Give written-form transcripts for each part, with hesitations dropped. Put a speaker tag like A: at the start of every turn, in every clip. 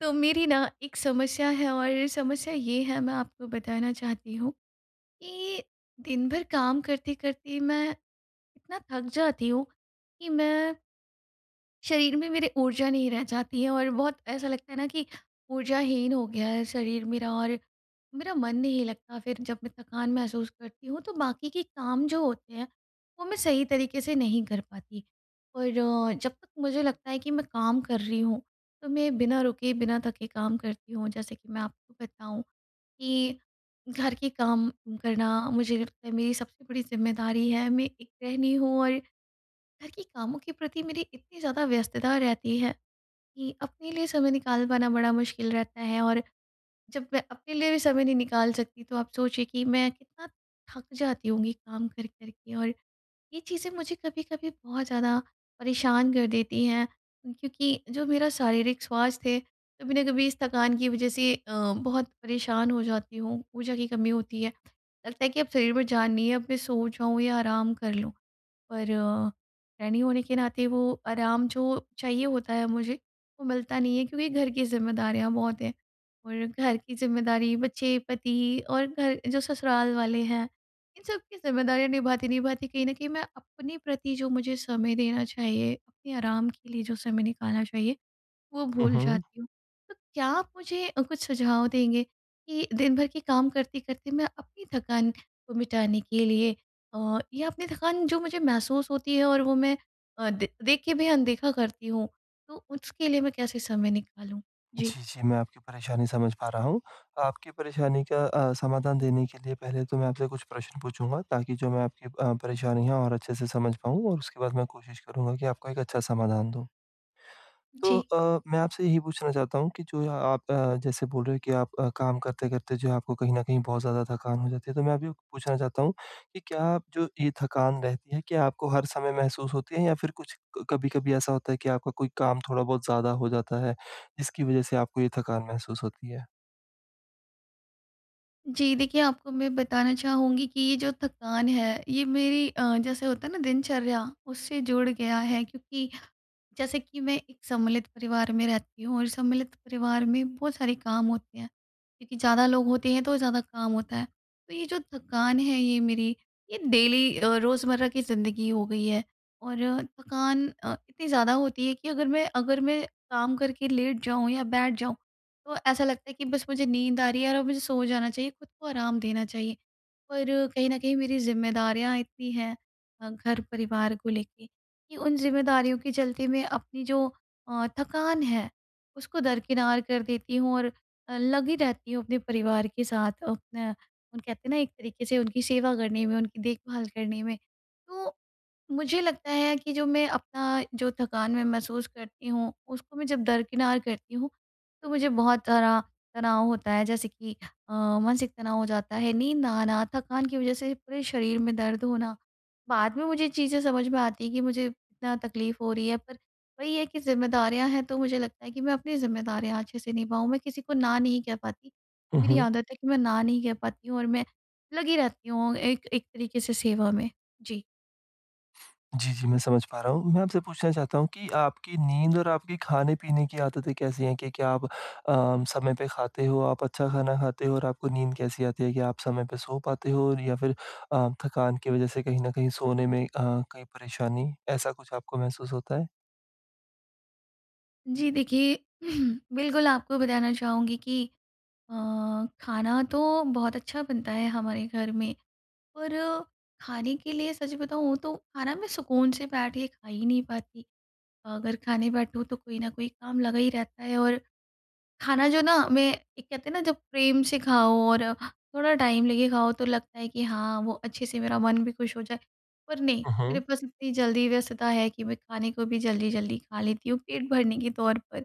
A: तो मेरी ना एक समस्या है और समस्या ये है, मैं आपको बताना चाहती हूँ कि दिन भर काम करते करते मैं इतना थक जाती हूँ कि मैं शरीर में मेरे ऊर्जा नहीं रह जाती है और बहुत ऐसा लगता है ना कि ऊर्जाहीन हो गया है शरीर मेरा और मेरा मन नहीं लगता। फिर जब मैं थकान महसूस करती हूँ तो बाकी के काम जो होते हैं वो मैं सही तरीके से नहीं कर पाती। और जब तक मुझे लगता है कि मैं काम कर रही हूँ तो मैं बिना रुके बिना थके काम करती हूँ। जैसे कि मैं आपको बताऊँ कि घर के काम करना मुझे लगता है मेरी सबसे बड़ी जिम्मेदारी है। मैं एक गृहिणी हूँ और घर के कामों के प्रति मेरी इतनी ज़्यादा व्यस्तता रहती है कि अपने लिए समय निकाल पाना बड़ा मुश्किल रहता है। और जब मैं अपने लिए भी समय नहीं निकाल सकती तो आप सोचिए कि मैं कितना थक जाती होंगी काम कर करके। और ये चीज़ें मुझे कभी-कभी बहुत ज़्यादा परेशान कर देती हैं क्योंकि जो मेरा शारीरिक स्वास्थ्य है, कभी ना कभी इस थकान की वज़ह से बहुत परेशान हो जाती हूँ, ऊर्जा की कमी होती है। लगता है कि अब शरीर में जान नहीं है, अब मैं सो जाऊँ या आराम कर लूँ। पर गृहिणी होने के नाते वो आराम जो चाहिए होता है मुझे, वो मिलता नहीं है क्योंकि घर की ज़िम्मेदारियाँ बहुत हैं। और घर की ज़िम्मेदारी, बच्चे, पति और घर जो ससुराल वाले हैं, इन सब की ज़िम्मेदारियाँ निभाते-निभाते कहीं न कहीं मैं अपने प्रति जो मुझे समय देना चाहिए, अपने आराम के लिए जो समय निकालना चाहिए, वो
B: हुँ,
A: भूल
B: हुँ।
A: जाती हूँ। तो क्या आप मुझे कुछ सुझाव देंगे कि दिन भर के काम करते-करते मैं अपनी थकान को मिटाने के लिए, या अपनी थकान जो मुझे महसूस होती है और वो मैं, दे देख के भी अनदेखा करती हूँ, तो उसके लिए मैं कैसे समय निकालूँ? जी।
B: जी, जी, मैं आपकी परेशानी समझ पा रहा हूँ। आपकी परेशानी का समाधान देने के लिए पहले तो मैं आपसे कुछ प्रश्न पूछूँगा ताकि जो मैं आपकी परेशानी है और अच्छे से समझ पाऊँ और उसके बाद मैं कोशिश करूँगा कि आपको एक अच्छा समाधान दूँ। तो
A: जी।
B: मैं आपसे यही पूछना चाहता हूँ कि जो ये आप जैसे बोल रहे हो कि आप काम करते-करते जो है आपको कहीं न कहीं बहुत ज़्यादा थकान हो जाती है। तो मैं अभी पूछना चाहता हूँ कि क्या आप जो ये थकान रहती है, क्या आपको हर समय महसूस होती है या फिर कुछ क कभी-कभी ऐसा होता है कि आपका कोई काम थोड़ा बहुत ज़्यादा हो जाता है, जिसकी वज़ह से आपको ये थकान महसूस होती है?
A: जी, देखिए आपको मैं बताना चाहूँगी कि ये जो थकान है, ये मेरी जैसे होता है ना, दिनचर्या उससे जुड़ गया है क्योंकि जैसे कि मैं एक सम्मिलित परिवार में रहती हूँ और सम्मिलित परिवार में बहुत सारे काम होते हैं क्योंकि ज़्यादा लोग होते हैं तो ज़्यादा काम होता है। तो ये जो थकान है ये मेरी, ये डेली रोज़मर्रा की ज़िंदगी हो गई है। और थकान इतनी ज़्यादा होती है कि अगर मैं काम करके लेट जाऊँ या बैठ जाऊँ तो ऐसा लगता है कि बस मुझे नींद आ रही है और अब मुझे सो जाना चाहिए, खुद को आराम देना चाहिए। पर कहीं ना कहीं मेरी जिम्मेदारियां इतनी हैं, घर परिवार को लेके, कि उन ज़िम्मेदारियों के चलते मैं अपनी जो थकान है उसको दरकिनार कर देती हूँ और लगी रहती हूँ अपने परिवार के साथ अपना, उन कहते हैं ना, एक तरीके से उनकी सेवा करने में, उनकी देखभाल करने में। तो मुझे लगता है कि जो मैं अपना जो थकान मैं महसूस करती हूँ, उसको मैं जब दरकिनार करती हूँ, तो मुझे बहुत सारा तनाव होता है। जैसे कि अ, मानसिक तनाव हो जाता है, नींद ना आना, थकान की वज़ह से पूरे शरीर में दर्द होना। बाद में मुझे चीज़ें समझ में आती हैं कि मुझे इतना तकलीफ़ हो रही है, पर वही है कि ज़िम्मेदारियाँ हैं, तो मुझे लगता है कि मैं अपनी ज़िम्मेदारियाँ अच्छे से निभाऊँ। मैं किसी को ना नहीं कह पाती।
B: हुँ,
A: मेरी
B: हुँ।
A: आदत है कि मैं ना नहीं कह पाती हूँ और मैं लगी रहती हूँ एक एक तरीके से सेवा में। जी।
B: जी, जी, मैं समझ पा रहा हूँ। मैं आपसे पूछना चाहता हूँ कि आपकी नींद और आपकी खाने-पीने की आदतें कैसी हैं? कि क्या आप समय पे खाते हो, आप अच्छा खाना खाते हो और आपको नींद कैसी आती है? क्या आप समय पे सो पाते हो या फिर थकान की वज़ह से कहीं न कहीं सोने में कहीं परेशानी, ऐसा कुछ आपको महसूस होता है?
A: जी, देखिए बिल्कुल आपको बताना चाहूँगी कि अ, खाना तो बहुत अच्छा बनता है हमारे घर में। और खाने के लिए सच बताऊँ तो खाना मैं सुकून से बैठ के खा ही नहीं पाती। अगर खाने बैठूँ तो कोई ना कोई काम लगा ही रहता है। और खाना जो ना मैं, एक कहते हैं ना, जब प्रेम से खाओ और थोड़ा टाइम लेके खाओ तो लगता है कि हाँ, वो अच्छे से मेरा मन भी खुश हो जाए। पर नहीं,
B: हुँ,
A: मेरे
B: हुँ।
A: पास इतनी जल्दी व्यस्तता है कि मैं खाने को भी जल्दी-जल्दी खा लेती हूँ पेट भरने के तौर पर।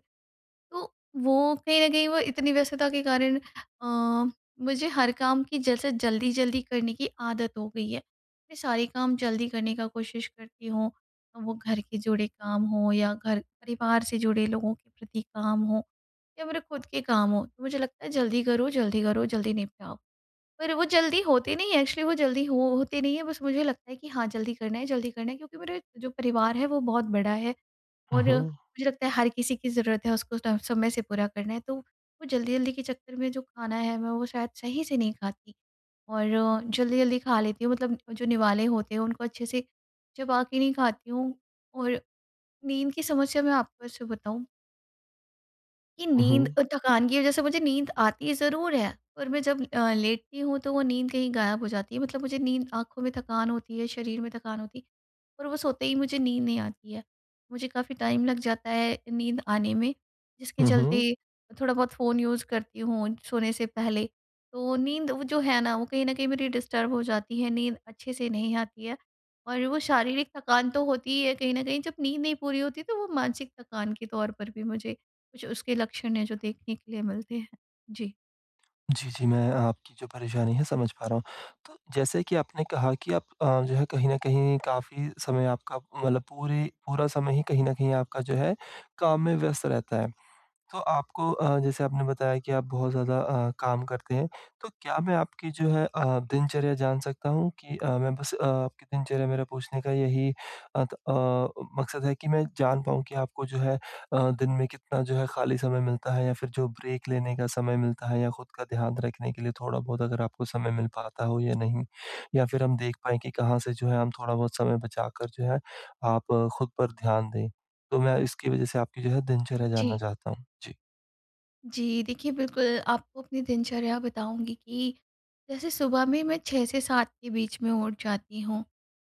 A: तो वो कहीं न कहीं, वो इतनी व्यस्तता के कारण अ, मुझे हर काम की जैसे जल्दी-जल्दी करने की आदत हो गई है। मैं सारे काम जल्दी करने का कोशिश करती हूँ, वो घर के जुड़े काम हों या घर परिवार से जुड़े लोगों के प्रति काम हों या मेरे खुद के काम हों। तो मुझे लगता है जल्दी करो, जल्दी करो, जल्दी निपटाओ। पर वो जल्दी होते नहीं है, एक्चुअली वो जल्दी हो होते नहीं है, बस मुझे लगता है कि हाँ, जल्दी करना है क्योंकि मेरा जो परिवार है वो बहुत बड़ा है।
B: हुँ,
A: और
B: हुँ।
A: मुझे लगता है हर किसी की ज़रूरत है, उसको स समय से पूरा करना है, तो वो जल्दी-जल्दी के चक्कर में जो खाना है, मैं वो शायद सही से नहीं खाती और जल्दी-जल्दी खा लेती हूँ। मतलब जो निवाले होते हैं, उनको अच्छे से चबा के नहीं खाती हूँ। और नींद की समस्या मैं आपको ऐसे बताऊँ कि
B: हुँ,
A: नींद,
B: हुँ।
A: थकान की वजह से मुझे नींद आती ज़रूर है, पर मैं जब लेटती हूँ तो वो नींद कहीं गायब हो जाती है। मतलब मुझे नींद, आँखों में थकान होती है, शरीर में थकान होती है, पर वो सोते ही मुझे नींद नहीं आती है। मुझे काफ़ी टाइम लग जाता है नींद आने में, जिसके
B: हुँ,
A: चलते
B: हुँ।
A: थोड़ा बहुत फ़ोन यूज़ करती हूँ सोने से पहले। तो नींद वो जो है ना, वो कहीं न कहीं मेरी डिस्टर्ब हो जाती है, नींद अच्छे से नहीं आती है और वो शारीरिक थकान तो होती ही है कहीं न कहीं। जब नींद नहीं पूरी होती तो वो मानसिक थकान के तौर पर भी मुझे, कुछ उसके लक्षण हैं जो देखने के लिए मिलते हैं? जी।
B: जी, जी, मैं आपकी जो परेशानी है समझ पा रहा हूँ। तो जैसे कि आपने कहा कि आप जो है कहीं न कहीं काफ़ी समय आपका मतलब पूरे पूरा समय ही कहीं न कहीं आपका जो है काम में व्यस्त रहता है। तो आपको जैसे आपने बताया कि आप बहुत ज़्यादा काम करते हैं, तो क्या मैं आपकी जो है दिनचर्या जान सकता हूँ कि मैं बस आपकी दिनचर्या मेरा पूछने का यही मकसद है कि मैं जान पाऊँ कि आपको जो है दिन में कितना जो है खाली समय मिलता है या फिर जो ब्रेक लेने का समय मिलता है या खुद का ध्यान रखने के लिए थोड़ा बहुत अगर आपको समय मिल पाता हो या नहीं? या फिर हम देख पाएँ कि कहाँ से जो है हम थोड़ा बहुत समय बचाकर जो है आप खुद पर ध्यान दें? तो मैं इसकी वज़ह से आपकी जो है दिनचर्या जानना
A: जी।
B: चाहता हूँ। जी।
A: जी, देखिए बिल्कुल आपको अपनी दिनचर्या बताऊँगी कि जैसे सुबह में मैं 6 से 7 के बीच में उठ जाती हूँ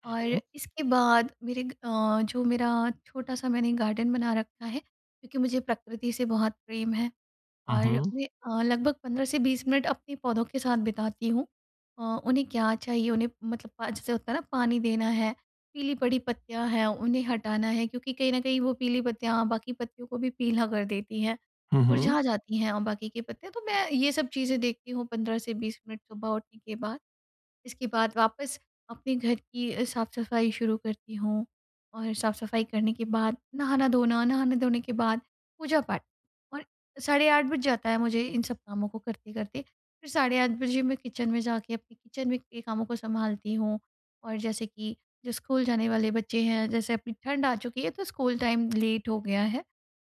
B: हुँ,
A: और
B: हुँ,
A: इसके बाद मेरे जो मेरा छोटा-सा मैंने गार्डन बना रखा है, क्योंकि मुझे प्रकृति से बहुत प्रेम है। और
B: हुँ,
A: मैं लगभग 15 से 20 मिनट अपने पौधों के साथ बिताती हूँ। उन्हें क्या चाहिए, उन्हें मतलब पा जैसे होता है ना, पानी देना है, पीली पड़ी पत्तियाँ हैं, उन्हें हटाना है क्योंकि कहीं न कहीं वो पीली पत्तियाँ बाकी पत्तियों को भी पीला कर देती हैं,
B: हुँ,
A: मुरझा जाती हैं और बाकी के पत्ते। तो मैं ये सब चीज़ें देखती हूँ 15 से 20 मिनट सुबह उठने के बाद। इसके बाद वापस अपने घर की साफ़-सफ़ाई शुरू करती हूँ और साफ़-सफ़ाई करने के बाद नहाना-धोना, नहाने-धोने के बाद पूजा-पाठ और साढ़े 8 बज जाता है मुझे इन सब कामों को करते-करते। फिर साढ़े 8 बजे मैं किचन में जाके अपने किचन में के कामों को सँभालती हूँ और जैसे कि जो स्कूल जाने वाले बच्चे हैं, जैसे अभी ठंड आ चुकी है तो स्कूल टाइम लेट हो गया है,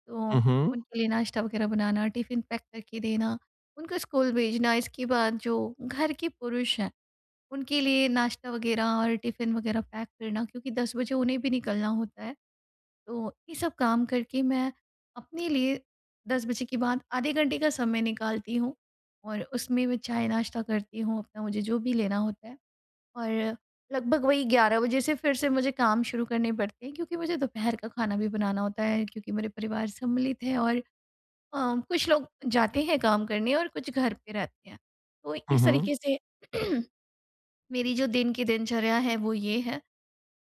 A: तो
B: हुँ, हुँ,
A: उनके लिए नाश्ता वग़ैरह बनाना, टिफ़िन पैक करके देना, उनको स्कूल भेजना। इसके बाद जो घर के पुरुष हैं उनके लिए नाश्ता वगैरह और टिफ़िन वगैरह पैक करना क्योंकि 10 बजे उन्हें भी निकलना होता है। तो ये सब काम करके मैं अपने लिए 10 बजे के बाद आधे घंटे का समय निकालती हूँ और उसमें मैं चाय नाश्ता करती हूँ, अपना मुझे जो भी लेना होता है। और लगभग वही 11 बजे से फिर से मुझे काम शुरू करने पड़ते हैं क्योंकि मुझे दोपहर का खाना भी बनाना होता है क्योंकि मेरे परिवार सम्मिलित है और कुछ लोग जाते हैं काम करने और कुछ घर पे रहते हैं। तो
B: हुँ,
A: इस
B: हुँ,
A: तरीके से मेरी जो दिन की दिनचर्या है वो ये है।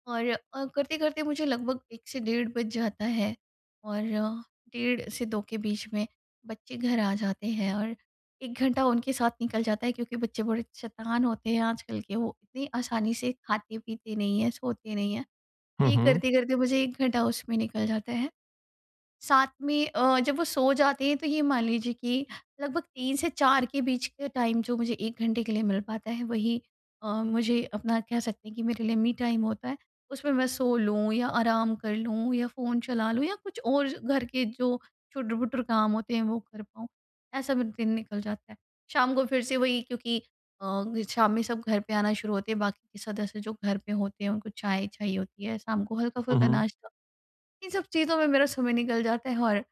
A: और करते-करते मुझे लगभग 1 से डेढ़ बज जाता है और डेढ़ से 2 के बीच में बच्चे घर आ जाते हैं और 1 घंटा उनके साथ निकल जाता है क्योंकि बच्चे बड़े शैतान होते हैं आजकल के, वो इतनी आसानी से खाते-पीते नहीं हैं, सोते नहीं हैं। तो ये
B: हुँ,
A: करते-करते मुझे 1 घंटा उसमें निकल जाता है। साथ में जब वो सो जाते हैं तो ये मान लीजिए कि लगभग 3 से 4 के बीच का टाइम जो मुझे 1 घंटे के लिए मिल पाता है, वही मुझे अपना कह सकते हैं कि मेरे लिए मी टाइम होता है। उसमें मैं सो लूँ या आराम कर लूँ या फ़ोन चला लूँ या कुछ और घर के जो छुटर-भुटर काम होते हैं वो कर पाऊँ। ऐसा मेरा दिन निकल जाता है। शाम को फिर से वही, क्योंकि शाम में सब घर पे आना शुरू होते हैं, बाकी के सदस्य जो घर पे होते हैं उनको चाय चाहिए होती है, शाम को
B: हुँ,
A: हल्का-फुल्का
B: हुँ।
A: नाश्ता, इन सब चीज़ों में मेरा समय निकल जाता है। और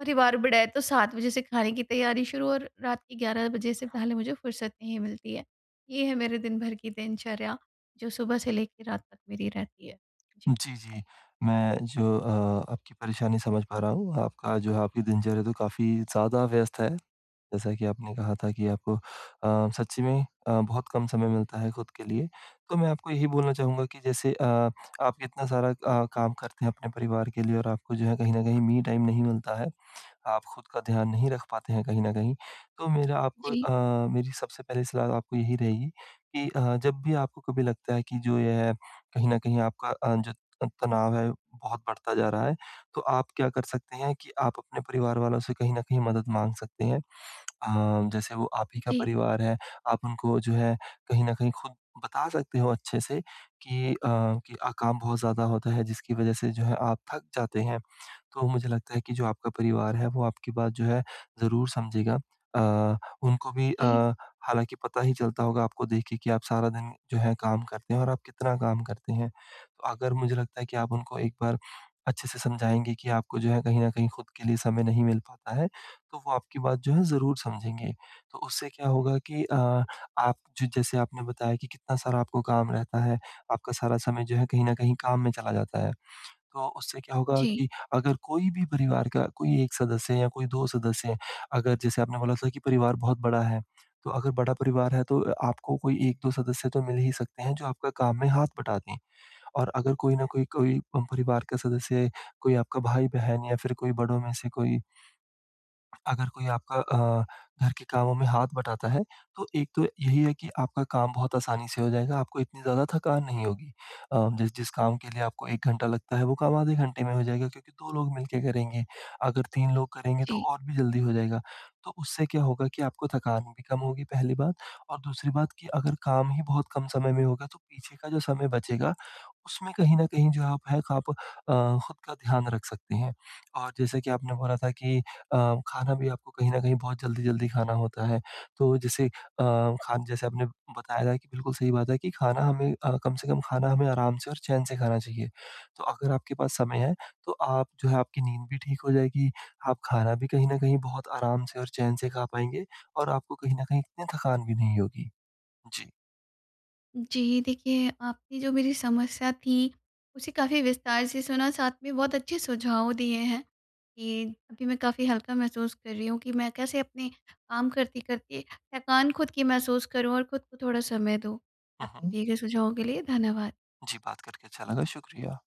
A: परिवार बड़ा है तो 7 बजे से खाने की तैयारी शुरू और रात के 11 बजे से पहले मुझे फुर्सत नहीं मिलती है। ये है मेरे दिन भर की दिनचर्या जो सुबह से लेके रात तक मेरी रहती है। जी।
B: जी, जी। मैं जो आपकी परेशानी समझ पा रहा हूँ। आपका जो है आपकी दिनचर्या तो काफ़ी ज़्यादा व्यस्त है। जैसा कि आपने कहा था कि आपको सच्ची में बहुत कम समय मिलता है खुद के लिए। तो मैं आपको यही बोलना चाहूँगा कि जैसे आप इतना सारा काम करते हैं अपने परिवार के लिए और आपको जो है कहीं न कहीं मी टाइम नहीं मिलता है। आप खुद का ध्यान नहीं रख पाते हैं कहीं न कहीं। तो मेरा आपको
A: जी,
B: मेरी सबसे पहली सलाह तो आपको यही रहेगी कि जब भी आपको कभी लगता है कि जो ये है कहीं न कहीं आपका जो त तनाव है बहुत बढ़ता जा रहा है, तो आप क्या कर सकते हैं कि आप अपने परिवार वालों से कहीं न कहीं मदद माँग सकते हैं। अ, जैसे वो आप ही का
A: जी,
B: परिवार है, आप उनको जो है कहीं न कहीं खुद बता सकते हो अच्छे से कि काम बहुत ज़्यादा होता है जिसकी वज़ह से जो है आप थक जाते हैं। तो मुझे लगता है कि जो आपका परिवार है वो आपकी बात जो है ज़रूर समझेगा। उनको भी
A: जी,
B: हालाँकि पता ही चलता होगा आपको देख के कि आप सारा दिन जो है काम करते हैं और आप कितना काम करते हैं। तो अगर मुझे लगता है कि आप उनको एक बार अच्छे से समझाएँगे कि आपको जो है कहीं न कहीं खुद के लिए समय नहीं मिल पाता है। तो वो आपकी बात जो है ज़रूर समझेंगे। तो उससे क्या होगा कि आप जो जैसे आपने बताया कि कितना सारा आपको काम रहता है, आपका सारा समय जो है कहीं न कहीं काम में चला जाता है। तो उससे क्या होगा
A: जी,
B: कि अगर कोई भी परिवार का कोई 1 सदस्य या कोई 2 सदस्य अगर जैसे आपने बोला था कि परिवार बहुत बड़ा है, तो अगर बड़ा परिवार है तो आपको कोई 1-2 सदस्य तो मिल ही सकते हैं जो आपका काम में हाथ बटा दें। और अगर कोई ना कोई कोई परिवार का सदस्य, कोई आपका भाई-बहन या फिर कोई बड़ों में से कोई अगर कोई आपका घर के कामों में हाथ बटाता है, तो एक तो यही है कि आपका काम बहुत आसानी से हो जाएगा, आपको इतनी ज़्यादा थकान नहीं होगी। जिस जिस काम के लिए आपको 1 घंटा लगता है, वो काम आधे घंटे में हो जाएगा क्योंकि 2 लोग मिलके करेंगे। अगर 3 लोग करेंगे तो
A: जी।
B: और भी जल्दी हो जाएगा। तो उससे क्या होगा कि आपको थकान भी कम होगी पहली बात और दूसरी बात कि अगर काम ही बहुत कम समय में होगा, तो पीछे का जो समय बचेगा, उसमें कहीं न कहीं जो आप है आप खुद का ध्यान रख सकते हैं। और जैसे कि आपने बोला था कि अ, खाना भी आपको कहीं न कहीं बहुत जल्दी-जल्दी खाना होता है। तो जैसे अ, खान जैसे आपने बताया था कि बिल्कुल सही बात है कि खाना हमें कम से कम खाना हमें आराम से और चैन से खाना चाहिए। तो अगर आपके पास समय है, तो आप जो है आपकी नींद भी ठीक हो जाएगी, आप खाना भी कहीं न कहीं बहुत आराम से और चैन से खा पाएँगे और आपको कहीं न कहीं इतनी थकान भी नहीं होगी। जी।
A: जी, देखिए आपने जो मेरी समस्या थी, उसे काफ़ी विस्तार से सुना, साथ में बहुत अच्छे सुझाव दिए हैं कि अभी मैं काफ़ी हल्का महसूस कर रही हूँ कि मैं कैसे अपने काम करते-करते थकान खुद की महसूस करूँ और खुद को थोड़ा समय दूँ।
B: हुँ,
A: आपके
B: हुँ।
A: दिए गए सुझावों के लिए धन्यवाद।
B: जी, बात करके अच्छा लगा, शुक्रिया।